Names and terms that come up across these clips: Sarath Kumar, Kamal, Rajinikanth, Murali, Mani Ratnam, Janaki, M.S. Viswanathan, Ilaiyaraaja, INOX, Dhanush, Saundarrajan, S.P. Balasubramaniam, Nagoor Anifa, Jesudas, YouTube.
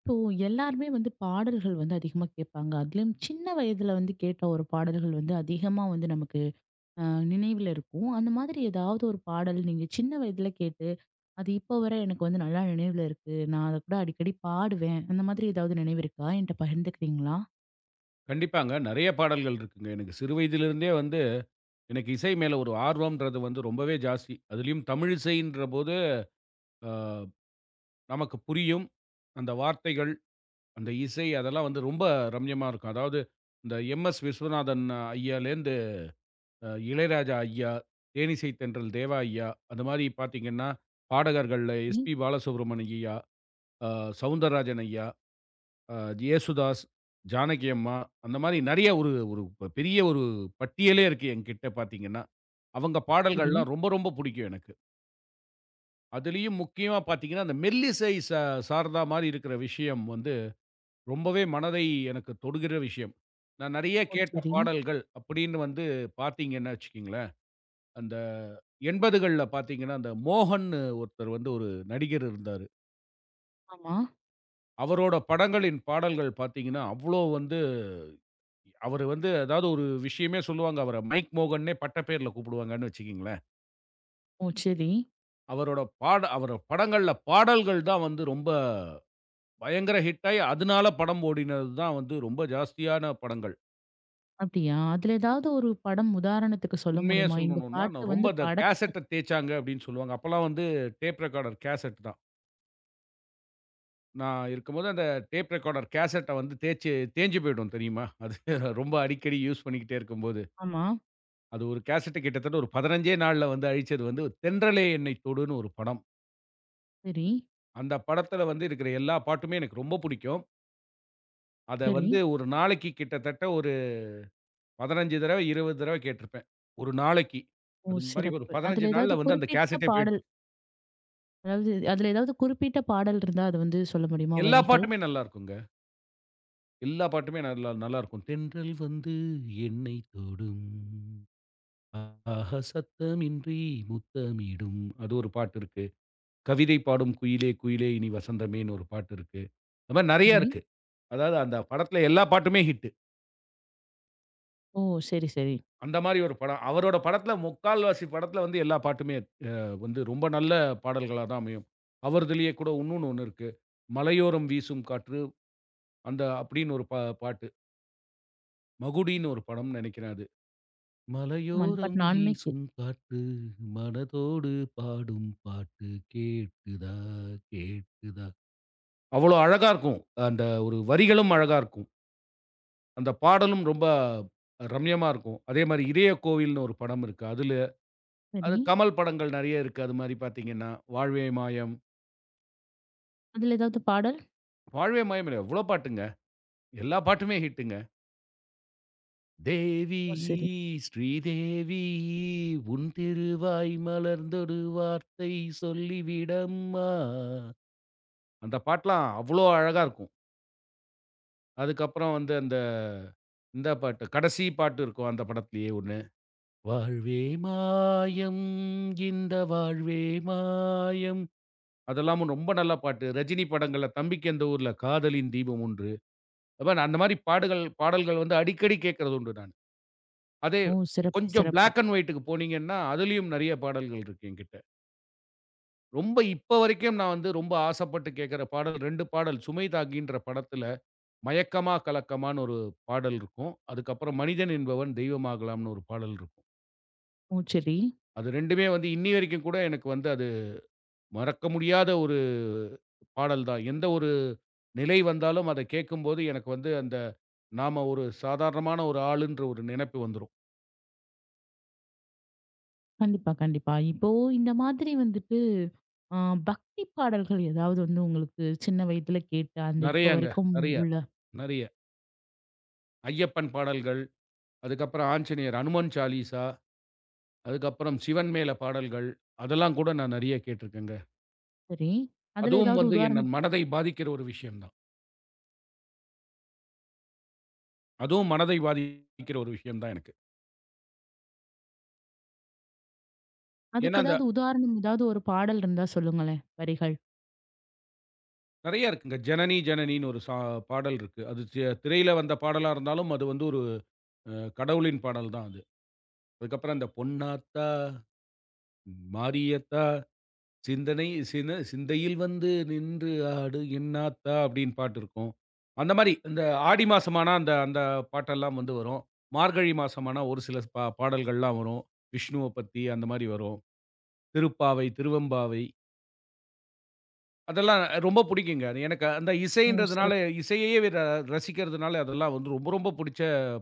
இப்போ எல்லாருமே வந்து பாடல்கள் வந்து அதிகமா கேட்பாங்க. அதிலும் சின்ன வயதுல வந்து கேட்ட ஒரு பாடல்கள் வந்து அதிகமா வந்து நமக்கு அ நினைவுல இருக்கும். அந்த மாதிரி ஏதாவது ஒரு பாடல் நீங்க சின்ன வயதுல கேட்டு, அது இப்போ வரை எனக்கு வந்து நல்லா நினைவுல இருக்கு. நான் அத கூட அடிக்கடி பாடுவேன். அந்த மாதிரி ஏதாவது நினைவு இருக்கா? என்ட்ட பகிர்ந்துக்கிறீங்களா? கண்டிப்பாங்க. நெறைய பாடல்கள் இருக்குங்க. எனக்கு சிறு வயதிலிருந்தே வந்து, எனக்கு இசை மேல ஒரு ஆர்வம்ன்றது வந்து ரொம்பவே ஜாஸ்தி. அதிலயும் தமிழ் இசைன்றபோது, அ நமக்கு புரியும். அந்த வார்த்தைகள், அந்த இசை அதெல்லாம் வந்து ரொம்ப ரம்யமா இருக்கும். அதாவது இந்த எம்.எஸ். விஸ்வநாதன் ஐயாலேருந்து இளையராஜா ஐயா, தேனிசை தென்றல் தேவா ஐயா, அந்த மாரி பார்த்தீங்கன்னா, பாடகர்கள்ல ம். எஸ்பி பாலசுப்ரமணிய ஐயா, அ சவுந்தரராஜன் ஐயா "ஜேசுதாஸ்", "ஜானகி அம்மா" அந்த மாரி நெறைய ஒரு ஒரு பெரிய ஒரு பட்டியலே இருக்கு என்கிட்ட பார்த்தீங்கன்னா. அவங்க சரி. பாடல்கள்லாம் ரொம்ப ரொம்ப புடிக்கும் எனக்கு. அதுலயும் முக்கியமா பார்த்தீங்கன்னா, அந்த மெல்லிசை சார்ந்தா மாரி இருக்கிற விஷயம் வந்து ரொம்பவே மனதை எனக்கு தொடுகிற விஷயம். நான் நெறைய ஓ! கேட்ட சரி. பாடல்கள் அப்படின்னு வந்து பார்த்தீங்கன்னு வச்சுக்கங்களேன், அந்த 80கள்ல பார்த்தீங்கன்னா, அந்த மோகன்னு ஒருத்தர் வந்து ஒரு நடிகர் இருந்தாரு. ஆமா. அவரோட படங்களின் பாடல்கள் பார்த்தீங்கன்னா, அவ்ளோ வந்து அவரு வந்து ஏதாவது ஒரு விஷயமே சொல்லுவாங்க. அவர மைக் மோகன்னே பட்ட பேர்ல கூப்பிடுவாங்கன்னு வச்சுக்கங்களேன். ஓ! சரி. அவரோட பாட அவரு படங்கள்ல பாடல்கள் தான் வந்து ரொம்ப பயங்கர ஹிட் ஆயி, அதனால படம் ஓடினது தான் வந்து ரொம்ப ஜாஸ்தியான படங்கள். அப்படியா? அதுல ஏதாவது ஒரு படம் உதாரணத்துக்கு சொல்ல உண்மைய முடியுமா? இந்த சொல்லணும்னா, பாட்டு நான் ரொம்ப வந்து அந்த படத்த கேசட்ட தேய்ச்சாங்க அப்படின்னு சொல்லுவாங்க. அப்பலாம் வந்து டேப் ரெக்கார்டர் கேசட் தான். நான் இருக்கும்போது அந்த டேப் ரெக்கார்டர் கேசட்ட வந்து தேய்ச்சு தேய்ஞ்சு போயிடும் தெரியுமா? அது ரொம்ப அடிக்கடி யூஸ் பண்ணிக்கிட்டே இருக்கும்போது. ஆமா. அது ஒரு கேசட் கிட்டத்தட்ட ஒரு 15 நாள்ல வந்து அழிச்சது வந்து "தென்றலே என்னை தொடுன்னு" ஒரு படம். சரி, அந்த படத்துல வந்து இருக்கிற எல்லா பாட்டுமே எனக்கு ரொம்ப புடிக்கும். அத சரி. வந்து ஒரு நாளைக்கு கிட்டத்தட்ட ஒரு 15 தடவ, 20 தடவ கேட்டிருப்பேன். ஒரு நாளைக்கு. ஓ! அது மாரி ஒரு சிறப்பு. 15 அதுல நாள்ல ஏதாவது வந்து அந்த குறிப்பிட்ட கேசட்டே போயிடுச்சு. பாடல் அதாவது அதுல ஏதாவது குறிப்பிட்ட பாடல் இருந்தா அது வந்து சொல்ல முடியுமா எல்லா வரிகள்? பாட்டுமே நல்லாருக்குங்க. எல்லா பாட்டுமே நல்லா நல்லாருக்கும். தென்றல் வந்து என்னை தொடும். ஆஹா சத்தமின்றி முத்தமிடும். அது ஒரு பாட்டு இருக்கு. கவிதை பாடும் குயிலே குயிலே இனி வசந்தமேன்னு ஒரு பாட்டு இருக்கு. அது மாரி நெறைய சரி. இருக்கு. அதாவது அந்த படத்துல எல்லா பாட்டுமே ஹிட். ஓ! சரி, சரி. அந்த மாரி ஒரு படம். அவரோட படத்துல முக்கால்வாசி படத்துல வந்து எல்லா பாட்டுமே அ வந்து ரொம்ப நல்ல பாடல்களா தான் அமையும். அவர்திலேயே கூட ஒண்ணு இருக்கு. "மலையோரம் வீசும் காற்று" அந்த அப்படின்னு ஒரு பாட்டு. மகுடின்னு ஒரு படம்னு நெனைக்கிறேன் அது. ஆமா அந்த "மலையோரம் பாட்டு நானுமே கே வீசும் காற்று, மனதோடு பாடும் பாட்டு கேட்குதா கேட்குதா" அவ்வளோ அழகா இருக்கும். அந்த ஒரு வரிகளும் அழகா இருக்கும். அந்த பாடலும் ரொம்ப ரம்யமா இருக்கும். அதே மாரி "இதய கோவில்னு" ஒரு படம் இருக்கு. அதுல சரி. அது கமல் படங்கள் நெறைய இருக்கு. அது மாரி பார்த்தீங்கன்னா, அதுல ஏதாவது பாடல்? "வாழ்வே மாயம்" இல்ல எவ்ளோ பாட்டுங்க. எல்லா பாட்டுமே ஹிட்டுங்க. "தேவி ஓ! சரி. ஸ்ரீதேவி உன் திருவாய் மலர்ந்தொரு வார்த்தை சொல்லிவிடம்மா" அந்த பாட்டுலாம் அவ்ளோ அழகா இருக்கும். அதுக்கப்புறம் வந்து அந்த இந்த பாட்டு, கடைசி பாட்டு இருக்கும் அந்த படத்திலேயே ஒண்ணு. "வாழ்வே மாயம் இந்த வாழ்வே மாயம்" அதெல்லாமும் ரொம்ப நல்ல பாட்டு. ரஜினி படங்கள்ல "தம்பிக்கு எந்த ஊர்ல" "காதலின் தீபம் ஒன்று." அப்ப நான் அந்த மாரி பாடல்கள் வந்து அடிக்கடி கேட்கறது உண்டு நான். அதே ஓ! சிறப்பு, கொஞ்சம் சிறப்பு. பிளாக் அண்ட் ஒயிட்க்கு போனீங்கன்னா, அதிலயும் நெறைய பாடல்கள் இருக்கு என்கிட்ட. ரொம்ப இப்ப வரைக்கும் நான் வந்து ரொம்ப ஆசைப்பட்டு கேட்கிற பாடல் 2 பாடல். சுமை தாக்கின்ற படத்துல மயக்கமா கலக்கமான்னு ஒரு பாடல் இருக்கும். அதுக்கப்புறம் மனிதன் என்பவன் தெய்வமாகலாம்ன்னு ஒரு பாடல் இருக்கும். ஓ! சரி. அது 2மே வந்து இன்னி வரைக்கும் கூட எனக்கு வந்து அது மறக்க முடியாத ஒரு பாடல் தான். எந்த ஒரு நிலை வந்தாலும் அத கேட்கும்போது எனக்கு வந்து அந்த நாம ஒரு சாதாரணமான ஒரு ஆளுன்ற ஒரு நினைப்பு வந்துரும். கண்டிப்பா, கண்டிப்பா. இப்போ இந்த மாதிரி வந்துட்டு அ பக்தி பாடல்கள் ஏதாவது வந்து உங்களுக்கு சின்ன வயதுல கேட்டு அந்த இப்போ நெறையாங்க. வரைக்கும் நெறைய, உள்ள நெறைய. ஐயப்பன் பாடல்கள், அதுக்கப்புறம் ஆஞ்சநேயர், அனுமன் சாலீசா, அதுக்கப்புறம் சிவன் மேல பாடல்கள், அதெல்லாம் கூட நான் நெறைய கேட்டுருக்கேங்க. சரி. அதுல அதுவும் ஏதாவது வந்து என் உதாரணம் மனதை பாதிக்கிற ஒரு விஷயம் தான். அதுவும் மனதை பாதிக்கிற ஒரு விஷயம் தான் எனக்கு. ஏன்னா, அதுக்கு அந்த ஏதாவது உதாரணம் ஏதாவது ஒரு பாடல் இருந்தா சொல்லுங்களேன் வரிகள்? நெறைய இருக்குங்க. ஜனனி ஜனனின்னு ஒரு பாடல் இருக்கு. அது திரையில வந்த பாடலா இருந்தாலும், அது வந்து ஒரு அ கடவுளின் பாடல் தான் அது. அதுக்கப்புறம் அந்த பொன்னாத்தா, மாரியத்தா சிந்தனை சிந்தையில் வந்து நின்று ஆடு என்னாத்தா அப்படின்னு பாட்டு இருக்கும். அந்த மாரி, இந்த ஆடி மாசமானா அந்த அந்த பாட்டெல்லாம் வந்து வரும். மார்கழி மாசமானா ஒரு சில பாடல்கள்லாம் வரும். விஷ்ணுவ பத்தி அந்த மாரி வரும். திருப்பாவை, திருவெம்பாவை அதெல்லாம் ரொம்ப புடிக்குங்க. அது எனக்கு அந்த ஓ! இசைன்றதுனால சிறப்பு. இசையையே ரசிக்கிறதுனால அதெல்லாம் வந்து ரொம்ப ரொம்ப புடிச்ச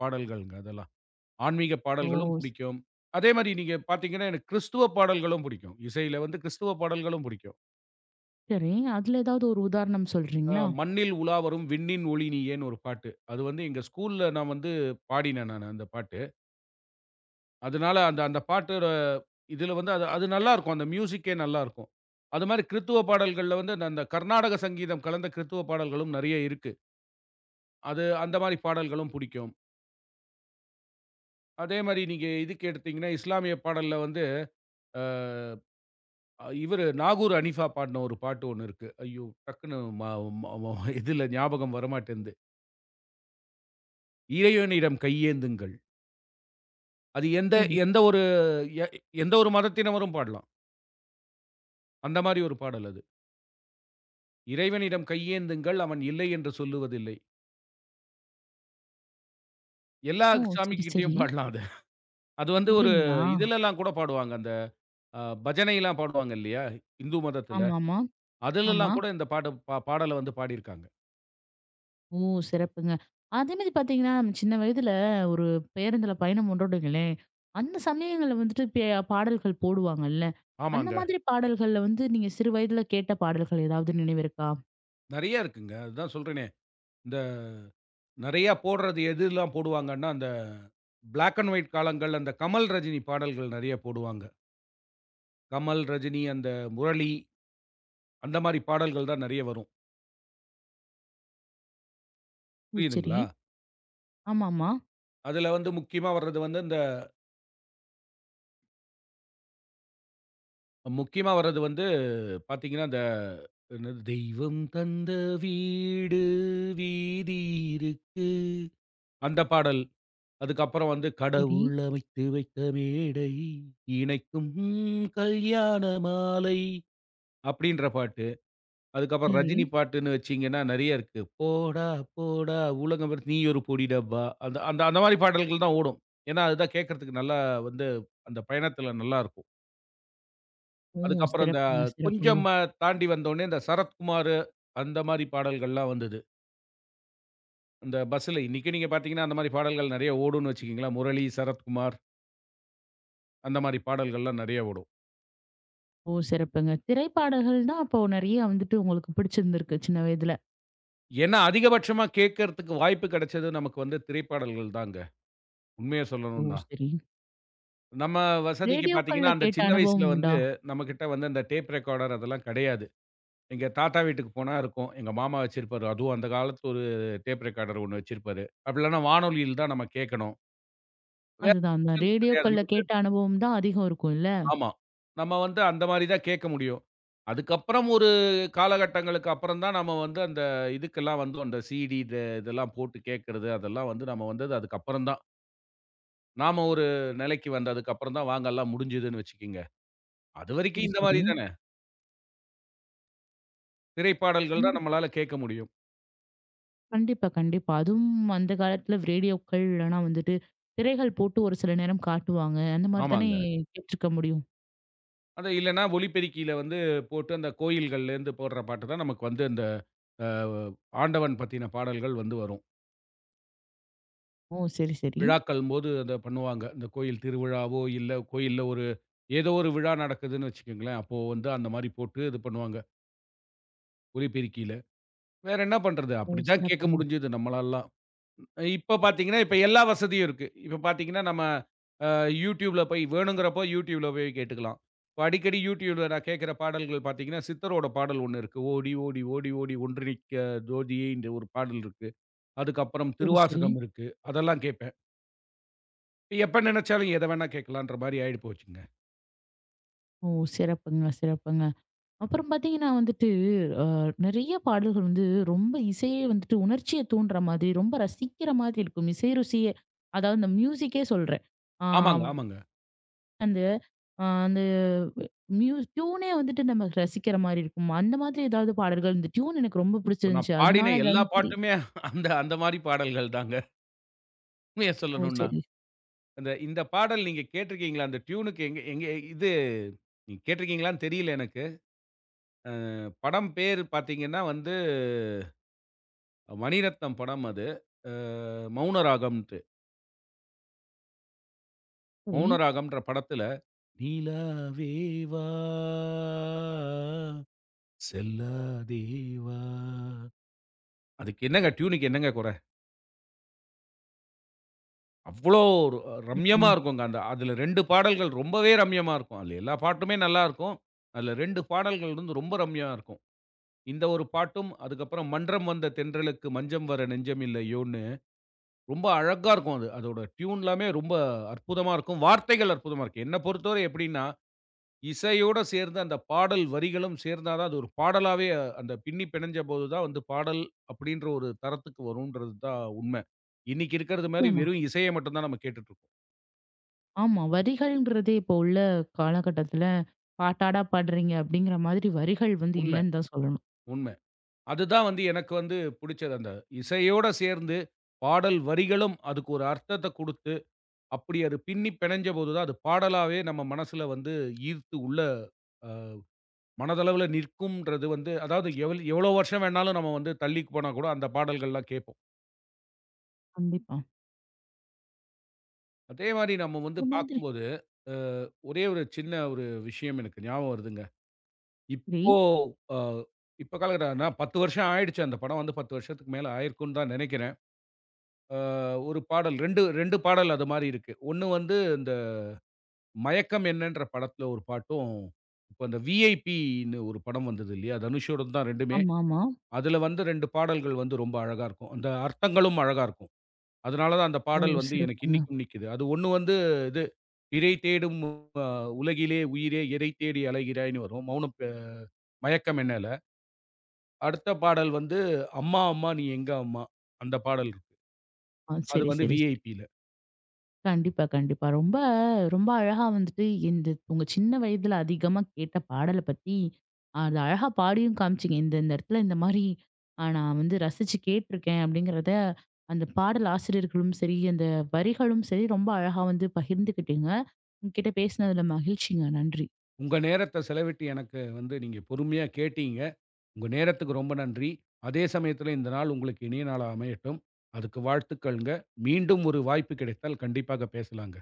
பாடல்கள்ங்க அதெல்லாம். ஆன்மீக ஓ! பாடல்களும் புடிக்கும். அதே மாரி நீங்க பாத்தீங்கன்னா, எனக்கு கிறிஸ்துவ பாடல்களும் புடிக்கும். இசையில வந்து கிறிஸ்துவ பாடல்களும் புடிக்கும். சரி. அதுல ஏதாவது ஒரு உதாரணம் சொல்றீங்களா? "மண்ணில் உலாவரும் விண்ணின் ஒளி நீயேன்னு" ஒரு பாட்டு. அது வந்து எங்க ஸ்கூல்ல நான் வந்து பாடினேன் நானு அந்த பாட்டு. அதனால அந்த அந்த பாட்டோட இதுல வந்து அது அது நல்லாருக்கும். அந்த மியூசிக்கே நல்லாருக்கும். அது மாரி கிறித்துவ பாடல்கள்ல வந்து அந்த அந்த கர்நாடக சங்கீதம் கலந்த கிறித்துவ பாடல்களும் நெறைய இருக்கு. அது அந்த மாரி பாடல்களும் புடிக்கும். அதே மாரி நீங்க இதுக்கு எடுத்தீங்கன்னா, இஸ்லாமிய பாடல்ல வந்து இவரு நாகூர் அனிஃபா பாடுன ஒரு பாட்டு ஒண்ணு இருக்கு. ஐயோ! டக்குன்னு ம ம இதுல ஞாபகம் வரமாட்டேன்து. "இறைவனிடம் கையேந்துங்கள்." அது எந்த சரி. எந்த ஒரு எ எந்த ஒரு மதத்தினரும் பாடலாம். அந்த மாரி ஒரு பாடல் அது. இறைவனிடம் கையேந்துங்கள், அவன் இல்லை என்று சொல்லுவதில்லை. எல்லா ஓ! சரி, சாமிகிட்டயும் சரி. பாடலாம் அது. அது வந்து ஒரு அப்டிங்களா? இதுலலாம் கூட பாடுவாங்க. அந்த பஜனைலாம் பாடுவாங்க இல்லையா? இந்து மதத்துல. ஆமாமா. ஆமா. ஆமா. அதுலலாம் கூட இந்த பாட்ட பா பாடல வந்து பாடியிருக்காங்க. ஓ! சிறப்புங்க. அதேமாரி பார்த்தீங்கன்னா, நம்ம சின்ன வயதுல ஒரு பேருந்துல பயணம் பண்றோம்னு வைங்களேன், அந்த சமயங்கள்ல வந்துட்டு பாடல்கள் போடுவாங்கல்ல. அந்த ஆமாங்க. மாதிரி பாடல்கள்ல வந்து நீங்க சிறு வயதுல கேட்ட பாடல்கள் ஏதாவது நினைவு இருக்கா? நெறைய இருக்குங்க. அதுதான் சொல்றேனே. இந்த நெறையா போடுறது எதுலாம் போடுவாங்கன்னா, அந்த பிளாக் அண்ட் ஒயிட் காலங்கள் அந்த கமல், ரஜினி பாடல்கள் நெறைய போடுவாங்க. கமல், ரஜினி, அந்த முரளி அந்த மாரி பாடல்கள் தான் நெறைய வரும். ஓ! சரி. புரியுதுங்களா? ஆமாமா. அதுல வந்து முக்கியமா வர்றது வந்து, இந்த முக்கியமா வர்றது வந்து பாத்தீங்கன்னா, அந்த என்னது தெய்வம் தந்த வீடு வீதி இருக்கு. அந்த பாடல். அதுக்கப்புறம் வந்து சரி, கடவுள் அமைத்து வைத்த மேடை, இணைக்கும் கல்யாண மாலை அப்படின்ற பாட்டு. அதுக்கப்புறம் சரி. ரஜினி பாட்டுன்னு வச்சீங்கன்னா நெறைய இருக்கு. போடா போடா உலகம் வெறும் நீ ஒரு பொடி டப்பா. அந்த அந்த அந்த மாரி பாடல்கள் தான் ஓடும். ஏன்னா, அதுதான் கேட்கறதுக்கு நல்லா வந்து அந்த பயணத்துல நல்லாருக்கும். ஓ! அதுக்கப்புறம் இந்த சிறப்புங்க, சிறப்புங்க. கொஞ்சம் தாண்டி வந்தோனே, இந்த சரத்குமாரு, அந்த மாரி பாடல்கள்லாம் வந்தது. அந்த பஸ்ஸுல இன்னைக்கும் நீங்க பார்த்தீங்கன்னா, அந்த மாரி பாடல்கள் நெறைய ஓடும்னு வச்சுக்கங்களேன். முரளி, சரத்குமார் அந்த மாரி பாடல்கள்லாம் நெறைய ஓடும். ஓ! சிறப்புங்க. திரைப்பாடல்கள் தான் அப்போ நெறைய வந்துட்டு உங்களுக்கு பிடிச்சிருந்திருக்கு சின்ன வயதுல. ஏன்னா, அதிகபட்சமா கேட்கறதுக்கு வாய்ப்பு கிடைச்சது நமக்கு வந்து திரைப்பாடல்கள் தாங்க. உண்மைய ஓ! சொல்லணும்னா. சரி. நம்ம வசதிக்கு பார்த்தீங்கன்னா, ரேடியோக்கள்ல அந்த கேட்ட சின்ன வயசுல அனுபவம் வந்து உண்டா? நம்மகிட்ட வந்து அந்த டேப் ரெக்கார்டர் அதெல்லாம் கிடையாது. எங்க தாத்தா வீட்டுக்கு போனா இருக்கும். எங்க மாமா வச்சிருப்பாரு. அதுவும் அந்த காலத்து ஒரு டேப் ரெக்கார்டர் ஒண்ணு வச்சிருப்பாரு. அப்படி இல்லன்னா வானொலியில தான் நம்ம கேட்கணும். வேற அதுதான். அந்த ஆப்ஷன்ஸ் கிடையாது. ரேடியோக்கள்ல நமக்கு கேட்ட அனுபவம் தான் அதிகம் இருக்கும்ல்ல. ஆமா. நம்ம வந்து அந்த மாரி தான் கேட்க முடியும். அதுக்கப்புறம் ஒரு காலகட்டங்களுக்கு அப்புறம் தான் நம்ம வந்து அந்த இதுக்கெல்லாம் வந்தோம். அந்த சிடி இது இதெல்லாம் போட்டு கேட்கறது, அதெல்லாம் வந்து நம்ம வந்தது அதுக்கப்புறம் தான். நாம ஒரு நிலைக்கு வந்ததுக்கு அப்புறம் தான் வாங்கல்லாம் முடிஞ்சதுன்னு வச்சுக்கங்க. அதுவரைக்கும் சரி, இந்த சரி. மாரி தானே. திரைப்பாடல்கள் தான் கண்டி நம்மளால கேட்க முடியும். கண்டிப்பா, கண்டிப்பா. அதுவும் அந்த காலத்துல ரேடியோக்கள் இல்லனா வந்துட்டு திரைகள் போட்டு ஒரு சில நேரம் காட்டுவாங்க. அந்த மாரி தானே ஆமாங்க. கேட்டுருக்க முடியும். அது இல்லன்னா ஒலிபெருக்கியில வந்து போட்டு அந்த கோயில்கள்லேருந்து போடுற பாட்டு தான் நமக்கு வந்து அந்த அ ஆண்டவன் பத்தின பாடல்கள் வந்து வரும். ஓ! சரி, சரி. விழாக்கள்ம்போது அத பண்ணுவாங்க. இந்த கோயில் திருவிழாவோ, இல்ல கோயில்ல ஒரு ஏதோ ஒரு விழா நடக்குதுன்னு வச்சுக்கங்களேன். அப்போ வந்து அந்த மாரி போட்டு இது பண்ணுவாங்க. ஒலிபெருக்கியில. வேற என்ன பண்றது? ஓ! அப்படித்தான் கேட்க சிறப்புங்க. முடிஞ்சது நம்மளால்லாம். இப்ப பார்த்தீங்கன்னா, இப்ப எல்லா வசதியும் இருக்கு. இப்ப பார்த்தீங்கன்னா, நம்ம அ YouTubeல போய் வேணுங்கிறப்போ YouTubeல போய் கேட்டுக்கலாம். இப்ப அடிக்கடி YouTubeல நான் கேட்கிற பாடல்கள் பார்த்தீங்கன்னா, சித்தரோட பாடல் ஒண்ணு இருக்கு. "ஓடி ஓடி ஓடி ஓடி ஒன்றிணைக்க ஜோதியே" இந்த ஒரு பாடல் இருக்கு. அதுக்கப்புறம் சரி, சரி. திருவாசகம் இருக்கு. அதெல்லாம் கேட்பேன். எப்ப நெனச்சாலும் எத வேணா கேட்கலான்ற மாரி ஆயிடு போச்சுங்க. ஓ! சிறப்புங்க, சிறப்புங்க. அப்புறம் பாத்தீங்கன்னா வந்துட்டு, அ நெறைய பாடல்கள் வந்து ரொம்ப இசையே வந்துட்டு உணர்ச்சிய தூண்டுற மாதிரி, ரொம்ப ரசிக்கிற மாதிரி இருக்கும். இசை ருசியே. அதாவது இந்த மியூசிக்கே சொல்றேன். ஆ ஆமாங்க, ஆமாங்க. அந்த ஆ அந்த டியூனே வந்துட்டு நம்ம ரசிக்கிற மாரி இருக்கும். அந்த மாதிரி ஏதாவது பாடல்கள் இந்த டியூன் எனக்கு ரொம்ப இப்ப நான் பிடிச்சிருந்துச்சு. அதனால பாடின அது எல்லா வந்து சரி. பாட்டுமே அந்த அந்த மாரி பாடல்கள் தாங்க. உண்மைய ஓ! சொல்லணும்னா. சரி, அந்த இந்த பாடல் நீங்க கேட்டிருக்கீங்களா? அந்த டியூனுக்கு எங்க எங்க இது நீங்க கேட்டிருக்கீங்களான்னு தெரியல எனக்கு. படம் பேரு பார்த்தீங்கன்னா வந்து, மணிரத்னம் படம் அது. அ மௌனராகம்ன்ட்டு. சரி. மௌனராகம்ன்ற படத்துல, "நிலாவே வா, செல்லாதே வா" அதுக்கு என்னங்க டியூனுக்கு என்னங்க குறை? அவ்ளோ ஒரு ரம்யமா சிறப்புங்க. இருக்குங்க. அந்த அதில 2 பாடல்கள் ரொம்பவே ரம்யமா இருக்கும். அதில எல்லா பாட்டுமே நல்லாருக்கும். அதில 2 பாடல்கள் வந்து ரொம்ப ரம்யா இருக்கும். இந்த ஒரு பாட்டும், அதுக்கப்புறம் "மன்றம் வந்த தென்றலுக்கு மஞ்சம் வர நெஞ்சம் இல்லையோன்னு" ரொம்ப அழகா இருக்கும் அது. அதோட டியூன் எல்லாமே ரொம்ப அற்புதமா இருக்கும். வார்த்தைகள் அற்புதமா இருக்கும். என்ன பொறுத்தவரை எப்படின்னா, இசையோட சேர்ந்து அந்த பாடல் வரிகளும் சேர்ந்தா தான் அது ஒரு பாடலாவே, அந்த பின்னி பிணைஞ்ச போது தான் வந்து பாடல் அப்படின்ற ஒரு தரத்துக்கு வரும்ன்றது தான் உண்ம. இன்னைக்கு இருக்கிறது மாரி நிச்சயமா. வெறும் இசைய மட்டும் தான் நம்ம கேட்டுட்டு இருக்கோம். ஆமா. வரிகள்ங்கிறதே இப்போ உள்ள காலகட்டத்துல, பாட்டாடா பாடுறீங்க அப்படிங்கிற மாதிரி வரிகள் வந்து உண்ம. இல்லன்னு தான் சொல்லணும். உண்மை. அதுதான் வந்து எனக்கு வந்து புடிச்சது. அந்த இசையோட சேர்ந்து பாடல் வரிகளும் அதுக்கு ஒரு அர்த்தத்த குடுத்து, அப்படி அது பின்னி பிணைஞ்சபோது தான், அது பாடலாவே நம்ம மனசுல வந்து ஈர்த்து உள்ள அ மனதளவுல நிற்கும்ன்றது வந்து அதாவது எவ்வளோ வருஷம் வேணாலும் நம்ம வந்து தள்ளி போனா கூட அந்த பாடல்கள்லாம் கேட்போம். கண்டிப்பா. அதே மாரி நம்ம வந்து ஒரு மாதிரி பார்க்கும்போது, அ ஒரே ஒரு சின்ன ஒரு விஷயம் எனக்கு ஞாபகம் வருதுங்க. சரி. இப்போ அ இப்ப காலகட்டம் நான் 10 வருஷம் ஆயிடுச்சு அந்த படம் வந்து 10 வருஷத்துக்கு மேல ஆயிருக்கும்ன்னு தான் நெனைக்கிறேன். அ ஒரு பாடல் 2 பாடல் அது மாரி இருக்கு. ஒண்ணு வந்து இந்த மயக்கம் என்னன்ற படத்துல ஒரு பாட்டும், இப்ப அந்த விஐபின்னு ஒரு படம் வந்தது இல்லையா? தனுஷோடது தான் 2மே. ஆமா, ஆமா. அதுல வந்து 2 பாடல்கள் வந்து ரொம்ப அழகா இருக்கும். அந்த அர்த்தங்களும் அழகா இருக்கும். அதனால தான் அந்த ஓ! பாடல் வந்து எனக்கு சிறப்புங்க. இன்னிக்கும் நிக்குது. அது ஒண்ணு வந்து இது "இரை தேடும் அ உலகிலே உயிரே எதை தேடி அலைகிறாய்ன்னு" வரும். மௌனம் ப மயக்கம் என்னல. அடுத்த பாடல் வந்து "அம்மா அம்மா நீ எங்க அம்மா" அந்த பாடல் இருக்கு. ஆ அது சரி, வந்து சரி, சரி. விஐபில. கண்டிப்பா, கண்டிப்பா. ரொம்ப ரொம்ப அழகா வந்துட்டு இந்த உங்க சின்ன வயதுல அதிகமா கேட்ட பாடல பத்தி, அது அழகா பாடியும் காமிச்சீங்க. இந்த இந்த இடத்துல இந்த மாரி நான் வந்து ரசிச்சு கேட்டுருக்கேன் அப்படிங்கிறத, அந்த பாடல் ஆசிரியர்களும் சரி, அந்த வரிகளும் சரி, ரொம்ப அழகா வந்து பகிர்ந்துக்கிட்டீங்க. உங்ககிட்ட பேசினதுல மகிழ்ச்சிங்க. நன்றி. உங்க நேரத்த செலவிட்டு எனக்கு வந்து நீங்க பொறுமையா கேட்டீங்க. உங்க நேரத்துக்கு ரொம்ப நன்றி. அதே சமயத்துல இந்த நாள் உங்களுக்கு இனிய நாளா அமையட்டும். அதுக்கு வாழ்த்துக்கள்ங்க. மீண்டும் ஒரு வாய்ப்பு கிடைத்தால் கண்டிப்பாக பேசலாங்க.